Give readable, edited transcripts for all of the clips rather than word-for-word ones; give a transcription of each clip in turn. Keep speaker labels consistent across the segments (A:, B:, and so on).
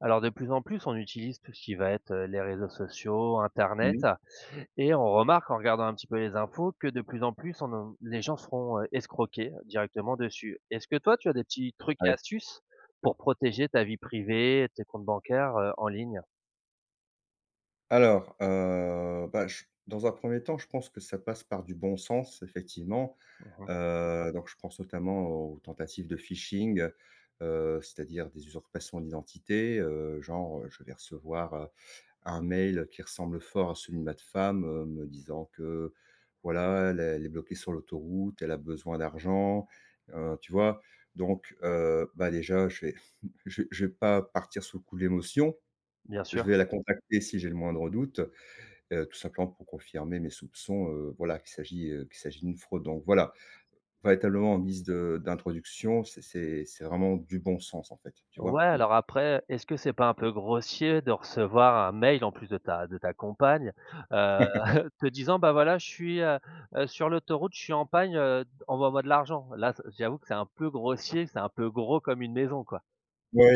A: Alors de plus en plus, on utilise tout ce qui va être, les réseaux sociaux, internet
B: Mmh.
A: et on remarque en regardant un petit peu les infos que de plus en plus on en les gens seront font, directement dessus. Est-ce que toi, tu as des petits trucs et
B: Ouais.
A: astuces pour protéger ta vie privée, tes comptes bancaires, en ligne?
B: Alors, bah, je dans un premier temps, je pense que ça passe par du bon sens, effectivement.
A: Mmh.
B: Donc je pense notamment aux tentatives de phishing, c'est-à-dire des usurpations d'identité, genre, je vais recevoir, un mail qui ressemble fort à celui de ma femme, me disant que, voilà, elle est bloquée sur l'autoroute, elle a besoin d'argent, tu vois? Donc, bah, déjà, je vais je vais pas partir sous le coup de l'émotion.
A: Bien
B: Je
A: sûr.
B: vais la contacter si j'ai le moindre doute, tout simplement pour confirmer mes soupçons, voilà, qu'il s'agit d'une fraude. Donc voilà, véritablement en guise de d'introduction, c'est vraiment du bon sens, en fait, tu vois?
A: Ouais,
B: Mmh.
A: alors après, est-ce que c'est pas un peu grossier de recevoir un mail en plus de ta compagne, heu, te disant: «Bah, voilà, je suis, sur l'autoroute, je suis en panne, envoie-moi de l'argent». Là, c j'avoue que c'est un peu grossier, c'est un peu gros comme une maison, quoi.
B: Oui,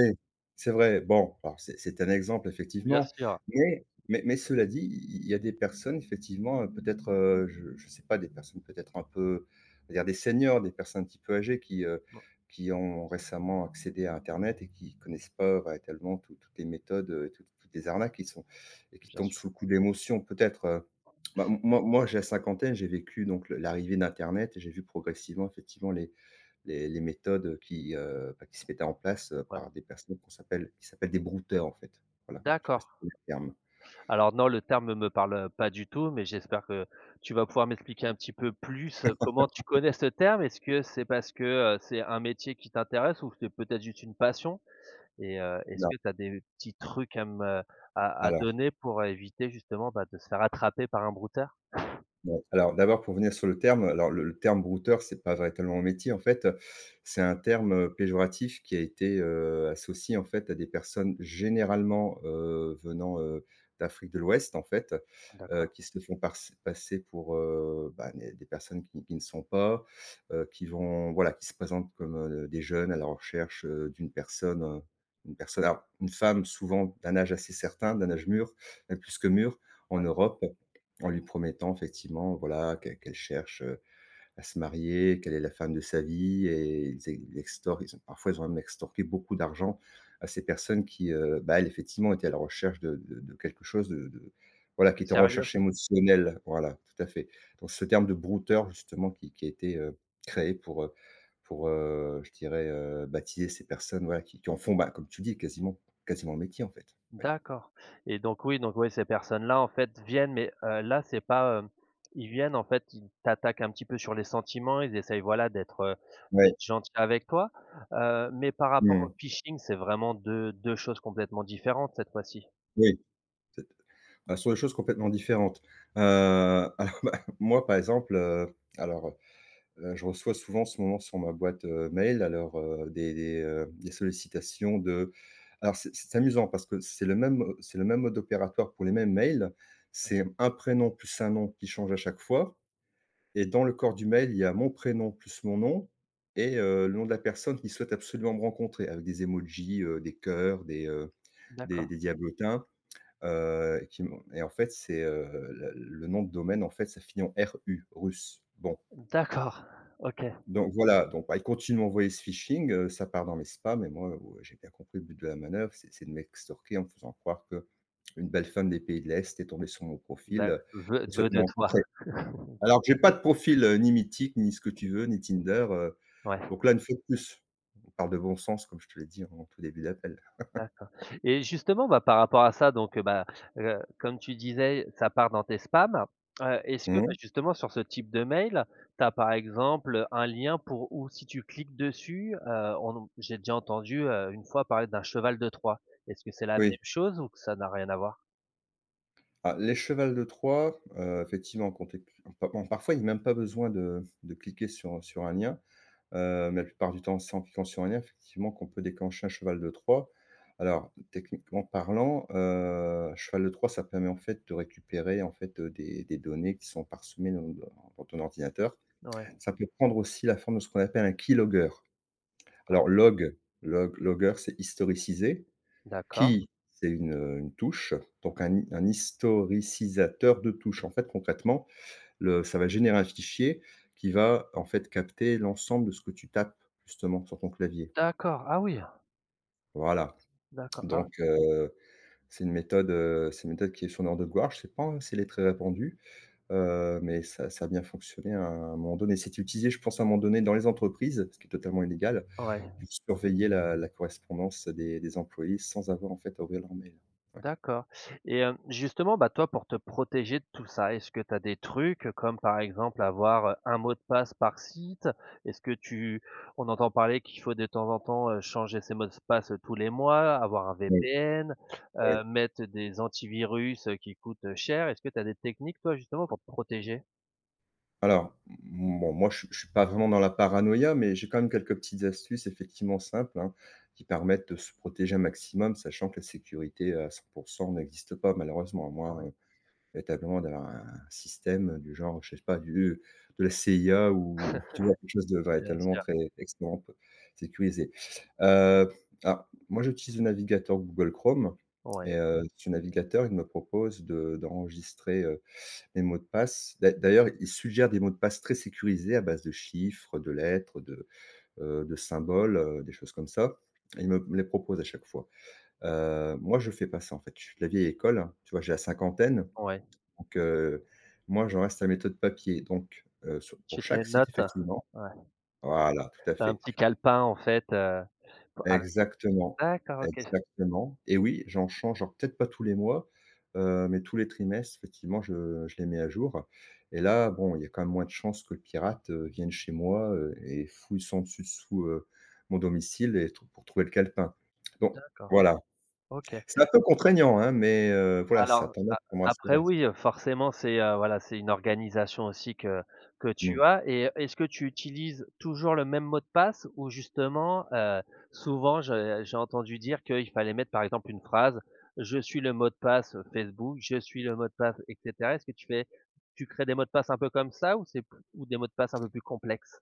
B: c'est vrai. Bon, alors c'est un exemple
A: Bien
B: effectivement,
A: sûr,
B: mais cela dit, il y a des personnes effectivement, peut-être, je ne sais pas, des personnes peut-être un peu, on va dire des seniors, des personnes un petit peu âgées
A: mmh,
B: qui ont récemment accédé à internet et qui connaissent pas véritablement toutes les méthodes, toutes les arnaques qui sont et qui
A: bien
B: tombent sous
A: sûr,
B: le coup de l'émotion peut-être. Bah, moi j'ai la cinquantaine, j'ai vécu donc le l'arrivée d'internet et j'ai vu progressivement effectivement les méthodes bah, qui se mettaient en place,
A: ouais.
B: par des personnes qu'on s'appelle qui s'appellent des brouteurs, en fait. Voilà, je ne sais pas
A: D'accord.
B: si tu le terme.
A: Alors non, le terme ne me parle pas du tout, mais j'espère que tu vas pouvoir m'expliquer un petit peu plus, comment tu connais ce terme? Est-ce que c'est parce que, c'est un métier qui t'intéresse ou c'est peut-être juste une passion? Et est-ce
B: Non,
A: que tu as des petits trucs à me à
B: voilà.
A: donner pour éviter justement, bah, de se faire attraper par un brouteur?
B: Ouais. Alors d'abord pour venir sur le terme, alors le terme brouteur, c'est pas véritablement un métier en fait, c'est un terme, péjoratif qui a été, associé en fait à des personnes généralement, venant, d'Afrique de l'Ouest en fait,
A: D'accord.
B: qui se font parce passer pour, bah, des personnes qui ne sont pas, qui vont voilà, qui se présentent comme, des jeunes à la recherche, d'une personne, une personne alors une femme souvent d'un âge assez certain, d'un âge mûr, même plus que mûr en Europe. En lui promettant effectivement, voilà, que qu'elle cherche, à se marier, qu'elle est la femme de sa vie et ils extorquent, ils ont parfois, ils ont même extorqué beaucoup d'argent à ces personnes bah, elles, effectivement, étaient à la recherche de quelque chose de voilà,
A: De
B: qui étaient en
A: sérieux?
B: recherche émotionnelle. Voilà, tout à fait. Donc ce terme de brouteur justement qui a été, créé pour, je dirais, baptiser ces personnes, voilà, qui en font, bah, comme tu dis, quasiment le métier, en fait. Ouais.
A: D'accord et donc oui, ces personnes-là, en fait, viennent mais là, c'est pas, ils viennent, en fait, ils t'attaquent un petit peu sur les sentiments, ils essayent, voilà, d'être, heu,
B: Ouais.
A: d'être gentils avec toi, mais par rapport
B: Mmh.
A: au phishing, c'est vraiment deux choses complètement différentes cette fois-ci?
B: Oui. Sur des choses complètement différentes. Heu, alors, bah, moi, par exemple, je reçois souvent en ce moment sur ma boîte, mail, alors, des sollicitations de alors c'est amusant parce que c'est le même mode opératoire pour les mêmes mails. C'est un prénom plus un nom qui change à chaque fois et dans le corps du mail, il y a mon prénom plus mon nom et le nom de la personne qui souhaite absolument me rencontrer avec des emojis, des cœurs, des, heu, des
A: D'accord.
B: des diablotins. Qui m'ont Et en fait, c'est, la le nom de domaine, en fait, ça finit en RU, russe. Bon,
A: D'accord, OK.
B: donc voilà, donc bah, ils continuent de m'envoyer ce phishing, ça part dans mes spams et moi, j'ai bien compris le but de la manœuvre, c'est de m'extorquer en me faisant croire que une belle femme des pays de l'Est est tombée sur mon profil,
A: D'a vœu
B: et
A: vœu
B: souhaite me
A: de toi.
B: rencontrer. Alors que j'ai pas de profil, ni mythique, ni ce que tu veux, ni Tinder,
A: Ouais.
B: donc là, une fois de plus, on parle de bon sens, comme je te l'ai dit en tout début d'appel.
A: Et justement, bah, par rapport à ça, donc, bah, comme tu disais, ça part dans tes spams. Est-ce que, bah,
B: Mmh,
A: justement sur ce type de mail, tu as par exemple, un lien pour où si tu cliques dessus, on j'ai déjà entendu, une fois parler d'un cheval de Troie. Est-ce que c'est la même
B: oui.
A: chose ou que ça n'a rien à voir?
B: Ah, les chevals de Troie, effectivement, quand tu pa bon, parfois, il n'y a même pas besoin de cliquer sur un lien, mais la plupart du temps, c'est en cliquant sur un lien, effectivement, qu'on peut déclencher un cheval de Troie. Alors, techniquement parlant, cheval de Troie, ça permet, en fait, de récupérer, en fait, des données qui sont parsemées dans ton ordinateur.
A: Ouais.
B: Ça peut prendre aussi la forme de ce qu'on appelle un keylogger.
A: Ah,
B: Alors logger, c'est historiciser
A: d'accord.
B: qui, c'est une touche, donc un historicisateur de touches. En fait, concrètement, le ça va générer un fichier qui va, en fait, capter l'ensemble de ce que tu tapes, justement, sur ton clavier.
A: D'accord, ah oui!
B: Voilà,
A: D'accord, ah ouais.
B: donc c'est une méthode, qui est sur Nord de Gouarch, c'est pas c'est elle très répandu, mais ça a bien fonctionné à un moment donné. C'était utilisé, je pense, à un moment donné dans les entreprises, ce qui est totalement illégal,
A: Ouais.
B: pour surveiller la correspondance des employés sans avoir, en fait, à ouvrir leur mail. Ouais.
A: D'accord et justement, bah, toi, pour te protéger de tout ça, est-ce que tu as des trucs comme, par exemple, avoir, un mot de passe par site? Est-ce que tu on entend parler qu'il faut de temps en temps, changer ses mots de passe tous les mois, avoir un
B: Oui,
A: VPN,
B: oui.
A: mettre des antivirus, qui coûtent, cher. Est-ce que tu as des techniques, toi, justement, pour te protéger?
B: Alors, bon, moi, je suis pas vraiment dans la paranoïa, mais j'ai quand même quelques petites astuces effectivement simples, hein, qui permettent de se protéger un maximum, sachant que la sécurité à 100% n'existe pas malheureusement, à
A: Ouais,
B: moins, véritablement d'avoir un système du genre, je sais pas, du de la CIA ou tu vois? Quelque chose de
A: bien
B: véritablement
A: sûr.
B: très extrêmement peu sécurisé. Heu, alors moi, j'utilise le navigateur Google Chrome et
A: Ouais,
B: ce navigateur, il me propose de d'enregistrer, les mots de passe, d'ailleurs, ils suggèrent des mots de passe très sécurisés à base de chiffres, de lettres, de symboles, des choses comme ça. Ils me les proposent à chaque fois. Moi, je fais pas ça, en fait. Je suis de la vieille école, hein, tu vois? J'ai la cinquantaine,
A: ouais.
B: donc moi, j'en reste à la méthode papier. Donc sur pour
A: Tu te les
B: chaque site,
A: notes?
B: effectivement
A: Ouais.
B: voilà, tout à
A: Tu Un
B: fait.
A: petit calepin, en fait, p avec
B: Exactement,
A: d'accord, OK.
B: exactement et oui, j'en change, alors peut-être pas tous les mois, mais tous les trimestres, effectivement, je les mets à jour et là, bon, il y a quand même moins de chances que le pirate, vienne chez moi, et fouille sans dessus dessous, mon domicile et trou pour trouver le calepin. Donc
A: D'accord,
B: voilà,
A: OK.
B: c'est un peu contraignant, hein, mais voilà, ça a
A: Alors,
B: tendance
A: a
B: pour me
A: après
B: rassurer.
A: oui, forcément c'est, voilà, c'est une organisation aussi que
B: Mmh.
A: tu as et est-ce que tu utilises toujours le même mot de passe ou justement, souvent je j'ai entendu dire qu'il fallait mettre par exemple une phrase: «Je suis le mot de passe Facebook, je suis le mot de passe» et cetera. Est-ce que tu crées des mots de passe un peu comme ça ou c'est p ou des mots de passe un peu plus complexes?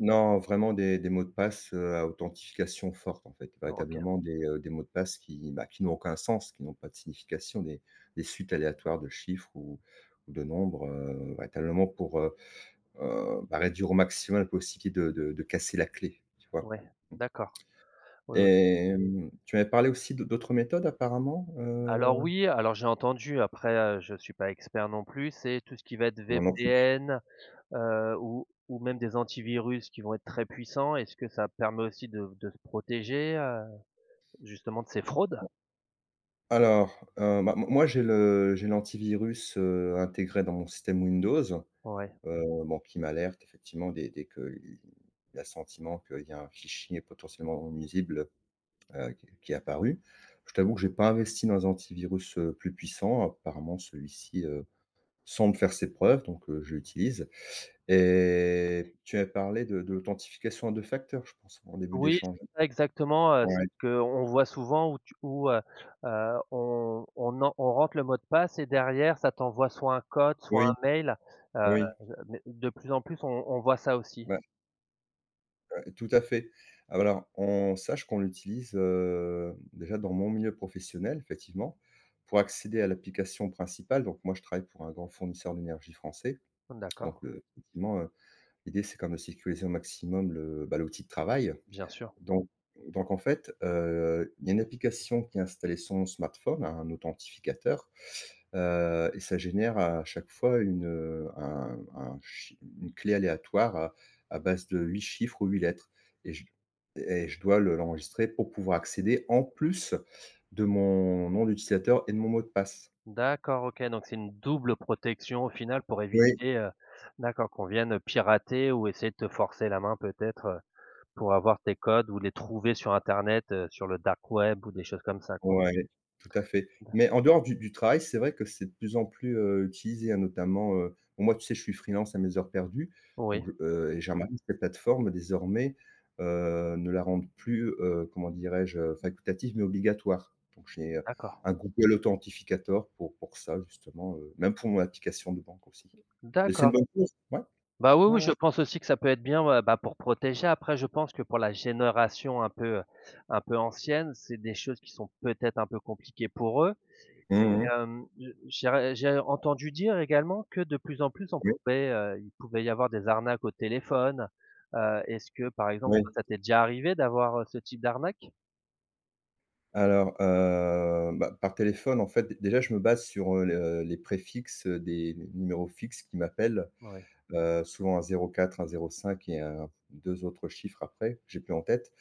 B: Non, vraiment des mots de passe, à authentification forte en fait,
A: OK,
B: véritablement des mots de passe qui, bah, qui n'ont aucun sens, qui n'ont pas de signification, des suites aléatoires de chiffres ou de nombres, véritablement pour, bah, réduire au maximum la possibilité de casser la clé, tu vois?
A: ouais,
B: Mmh,
A: d'accord. Oui,
B: et
A: oui.
B: tu m'avais parlé aussi d'autres méthodes apparemment,
A: Alors oui, alors j'ai entendu après, je suis pas expert non plus, c'est tout ce qui va être
B: Moi non plus.
A: VPN, ou même des antivirus qui vont être très puissants? Est-ce que ça permet aussi de se protéger, justement de ces fraudes?
B: Alors, bah, moi j'ai l'antivirus, intégré dans mon système Windows.
A: Ouais.
B: Bon, qui m'alerte effectivement dès qu'il a sentiment qu'il y a un fichier potentiellement nuisible, qui est apparu. Je t'avoue que j'ai pas investi dans un antivirus, plus puissant. Apparemment celui-ci, semble faire ses preuves, donc je l'utilise et tu as parlé de l'authentification à 2 facteurs, je pense, en début
A: Oui,
B: d'échange.
A: c'est ça exactement, c'est
B: Ouais.
A: ce qu'on voit souvent où, on rentre le mot de passe et derrière ça t'envoie soit un code, soit
B: Oui,
A: un mail, heu,
B: oui.
A: mais de plus en plus on voit ça aussi.
B: Bah, tout à fait. Ah, bah, alors, on sache qu'on l'utilise, déjà dans mon milieu professionnel, effectivement, pour accéder à l'application principale. Donc moi, je travaille pour un grand fournisseur d'énergie français.
A: D'accord,
B: Donc, effectivement, l'idée, c'est quand même de sécuriser au maximum bah, l'outil de travail.
A: bien sûr.
B: Donc donc en fait, il y a une application qui est installée sur mon smartphone, un authentificateur, et ça génère à chaque fois une, un chi une clé aléatoire à base de 8 chiffres ou 8 lettres et je dois le l'enregistrer pour pouvoir accéder en plus de mon nom d'utilisateur et de mon mot de passe.
A: D'accord, OK, donc c'est une double protection au final pour éviter, d'accord qu'on vienne pirater ou essayer de te forcer la main peut-être, pour avoir tes codes ou les trouver sur internet, sur le dark web ou des choses comme ça, quoi?
B: Ouais, tout à fait.
A: D'a
B: Mais en dehors du travail, c'est vrai que c'est de plus en plus, utilisé, hein, notamment, bon, moi, tu sais, je suis freelance à mes heures perdues,
A: Oui,
B: donc je et j'ai remarqué que les plateformes, désormais, ne la rendent plus, comment dirais-je, facultative, mais obligatoire. Donc j'ai,
A: d'accord,
B: un Google Authentificator pour ça, justement, même pour mon application de banque aussi. Et c'est une
A: d'accord.
B: bonne chose. Ouais,
A: Bah, oui,
B: ouais,
A: oui,
B: ouais.
A: je pense aussi que ça peut être bien, ouais, bah, pour protéger. Après, je pense que pour la génération un peu ancienne, c'est des choses qui sont peut-être un peu compliquées pour eux.
B: Mmh,
A: Hem, je j'ai ré j'ai entendu dire également que de plus en plus on
B: oui,
A: pouvait, il pouvait y avoir des arnaques au téléphone. Est-ce que par exemple, toi,
B: oui.
A: ça t'est déjà arrivé d'avoir, ce type d'arnaque?
B: Alors, bah, par téléphone, en fait, déjà, je me base sur, le les préfixes, des numéros fixes qui m'appellent,
A: Ouais,
B: souvent un 04, un 05 et un 2 autres chiffres après, que j'ai plus en tête.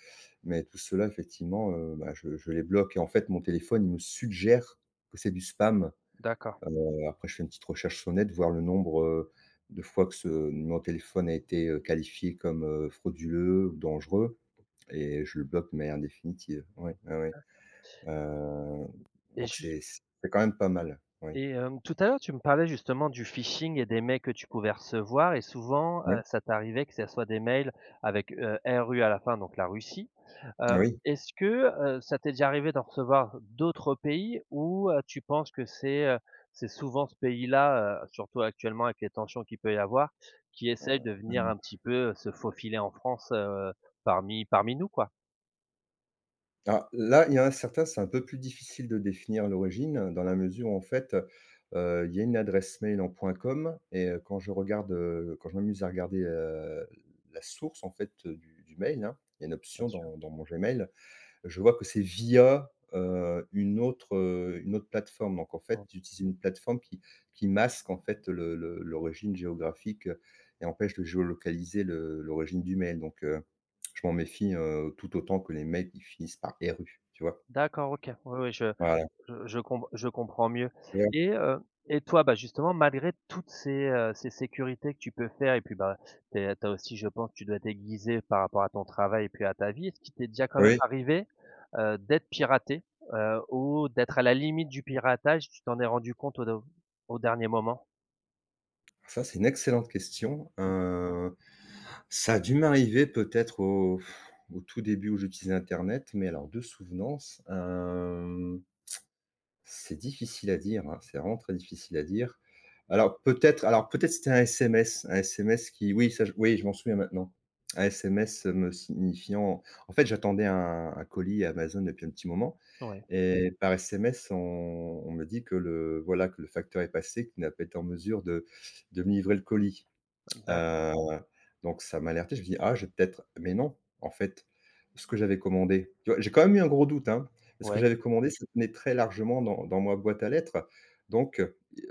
B: Mais tout cela effectivement, bah, je les bloque et en fait, mon téléphone, il me suggère que c'est du spam.
A: d'accord.
B: Après, je fais une petite recherche sur net, voir le nombre, de fois que ce numéro de téléphone a été, qualifié comme, frauduleux ou dangereux et je le bloque de manière définitive. Ouais, ouais, ouais. Heu,
A: et
B: donc
A: jus
B: c'est quand même pas mal. Oui.
A: tout à l'heure, tu me parlais justement du phishing et des mails que tu pouvais recevoir et souvent,
B: Oui,
A: ça t'arrivait que ça soit des mails avec, RU à la fin, donc la Russie. Heu,
B: oui.
A: est-ce que, ça t'est déjà arrivé d'en recevoir d'autres pays ou tu penses que c'est souvent ce pays-là, surtout actuellement avec les tensions qu'il peut y avoir, qui essaye de venir un petit peu, se faufiler en France, parmi nous quoi?
B: Alors là, il y en a certains, c'est un peu plus difficile de définir l'origine, dans la mesure où en fait, il y a une adresse mail en point .com et quand je regarde, quand je m'amuse à regarder, la source en fait, du mail, hein. Il y a une
A: Bien
B: option
A: sûr.
B: dans mon Gmail. Je vois que c'est via, une autre plateforme. Donc en fait,
A: Bon.
B: j'utilise une plateforme qui masque en fait le l'origine géographique et empêche de géolocaliser le l'origine du mail. Donc je m'en méfie, tout autant que les mails qui finissent par RU, tu vois?
A: D'accord, OK. Oui, oui, je
B: Voilà.
A: Je je com je comprends mieux
B: Tu
A: et toi, bah, justement, malgré toutes ces sécurités que tu peux faire et puis, bah, tu as aussi, je pense, tu dois t'aiguiser par rapport à ton travail et puis à ta vie. Est-ce qu'il t'est déjà quand même
B: Oui,
A: arrivé, d'être piraté, ou d'être à la limite du piratage, tu t'en es rendu compte au dernier moment?
B: ça c'est une excellente question. Ça a dû m'arriver peut-être au tout début où j'utilisais internet, mais alors de souvenance, hem C'est difficile à dire, hein, c'est vraiment très difficile à dire. Alors peut-être c'était un SMS qui, oui, ça je, oui, je m'en souviens maintenant. Un SMS me signifiant en fait j'attendais un colis Amazon depuis un petit moment,
A: Ouais,
B: et par SMS on me dit que le voilà que le facteur est passé, qu'il n'a pas été en mesure de me livrer le colis.
A: d'acc
B: Heu, donc ça m'a alerté, je me dis: «Ah, je vais peut-être», mais non, en fait, ce que j'avais commandé, tu vois? J'ai quand même eu un gros doute, hein. Mais ce que
A: ouais.
B: j'avais commandé, ça tenait très largement dans ma boîte à lettres, donc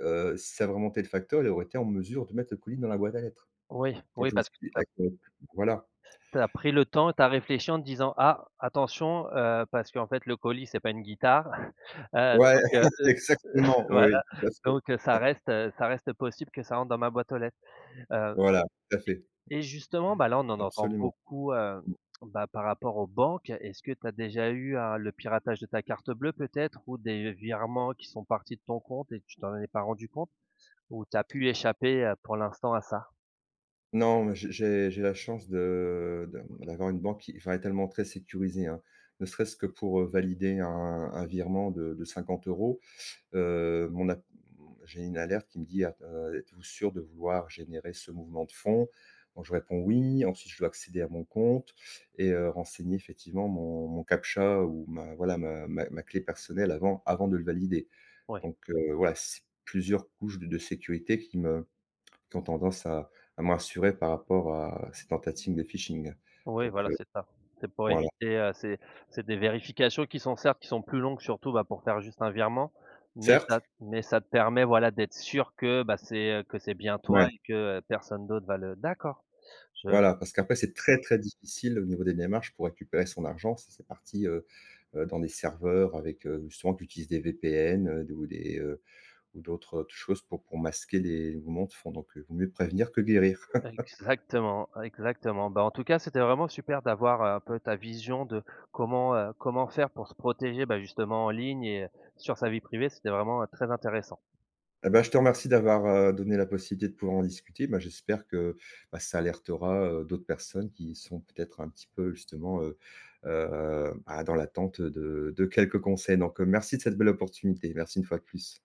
B: si ça avait remonté le facteur, il aurait été en mesure de mettre le colis dans la boîte à lettres.
A: Oui,
B: Donc
A: oui,
B: je me
A: parce
B: suis
A: que
B: dit: «Ah, voilà».
A: tu as pris le temps, tu as réfléchi en te disant: «Ah, attention, parce qu'en fait, le colis, c'est pas une guitare». Heu,
B: Ouais,
A: donc heu,
B: exactement,
A: ouais.
B: oui, tout à
A: Donc ça
B: fait.
A: reste, heu, ça reste possible que ça rentre dans ma boîte aux lettres. Heu
B: Voilà, tout à
A: et
B: fait,
A: et justement, bah, là, on en entend
B: absolument.
A: beaucoup, bah, par rapport aux banques. Est-ce que tu as déjà eu un le piratage de ta carte bleue peut-être ou des virements qui sont partis de ton compte et tu t'en es pas rendu compte? Ou tu as pu échapper, pour l'instant à ça?
B: Non, mais j'ai la chance de
A: OK.
B: d'avoir une banque qui, enfin, est tellement très sécurisée, hein. Ne
A: Mmh. Mmh.
B: serait-ce que pour, valider un virement de 50 euros, mon app j'ai une alerte qui me dit: «Ah, êtes-vous sûr de vouloir générer ce mouvement de fonds?» Donc je réponds: «Oui». Ensuite, je dois accéder à mon compte et renseigner effectivement mon captcha ou ma voilà, ma clé personnelle avant de le valider.
A: Ouais.
B: Donc voilà, c'est plusieurs couches de sécurité qui ont tendance à me rassurer par rapport à ces tentatives de phishing.
A: Oui,
B: Donc,
A: voilà, c'est ça. C'est pour
B: voilà.
A: éviter, c'est des vérifications qui sont certes qui sont plus longues surtout, bah, pour faire juste un virement, mais
B: Certes,
A: ça te permet, voilà, d'être sûr que, bah, que c'est bien
B: ouais,
A: toi et que, personne d'autre va le d'accord. Je
B: voilà, parce qu'après c'est très, très difficile au niveau des démarches pour récupérer son argent si c'est parti, dans des serveurs avec, justement qui utilisent des VPN, ou d'autres, choses pour masquer les mouvements de fonds. Donc, vaut mieux prévenir que guérir.
A: Exactement, exactement. Bah, en tout cas, c'était vraiment super d'avoir, un peu ta vision de comment, comment faire pour se protéger, bah, justement en ligne et sur sa vie privée, c'était vraiment, très intéressant.
B: Eh ben, je te remercie d'avoir, donné la possibilité de pouvoir en discuter. Ben, j'espère que, bah, ça alertera, d'autres personnes qui sont peut-être un petit peu justement, bah, dans l'attente de quelques conseils. Donc, merci de cette belle opportunité. Merci une fois de plus.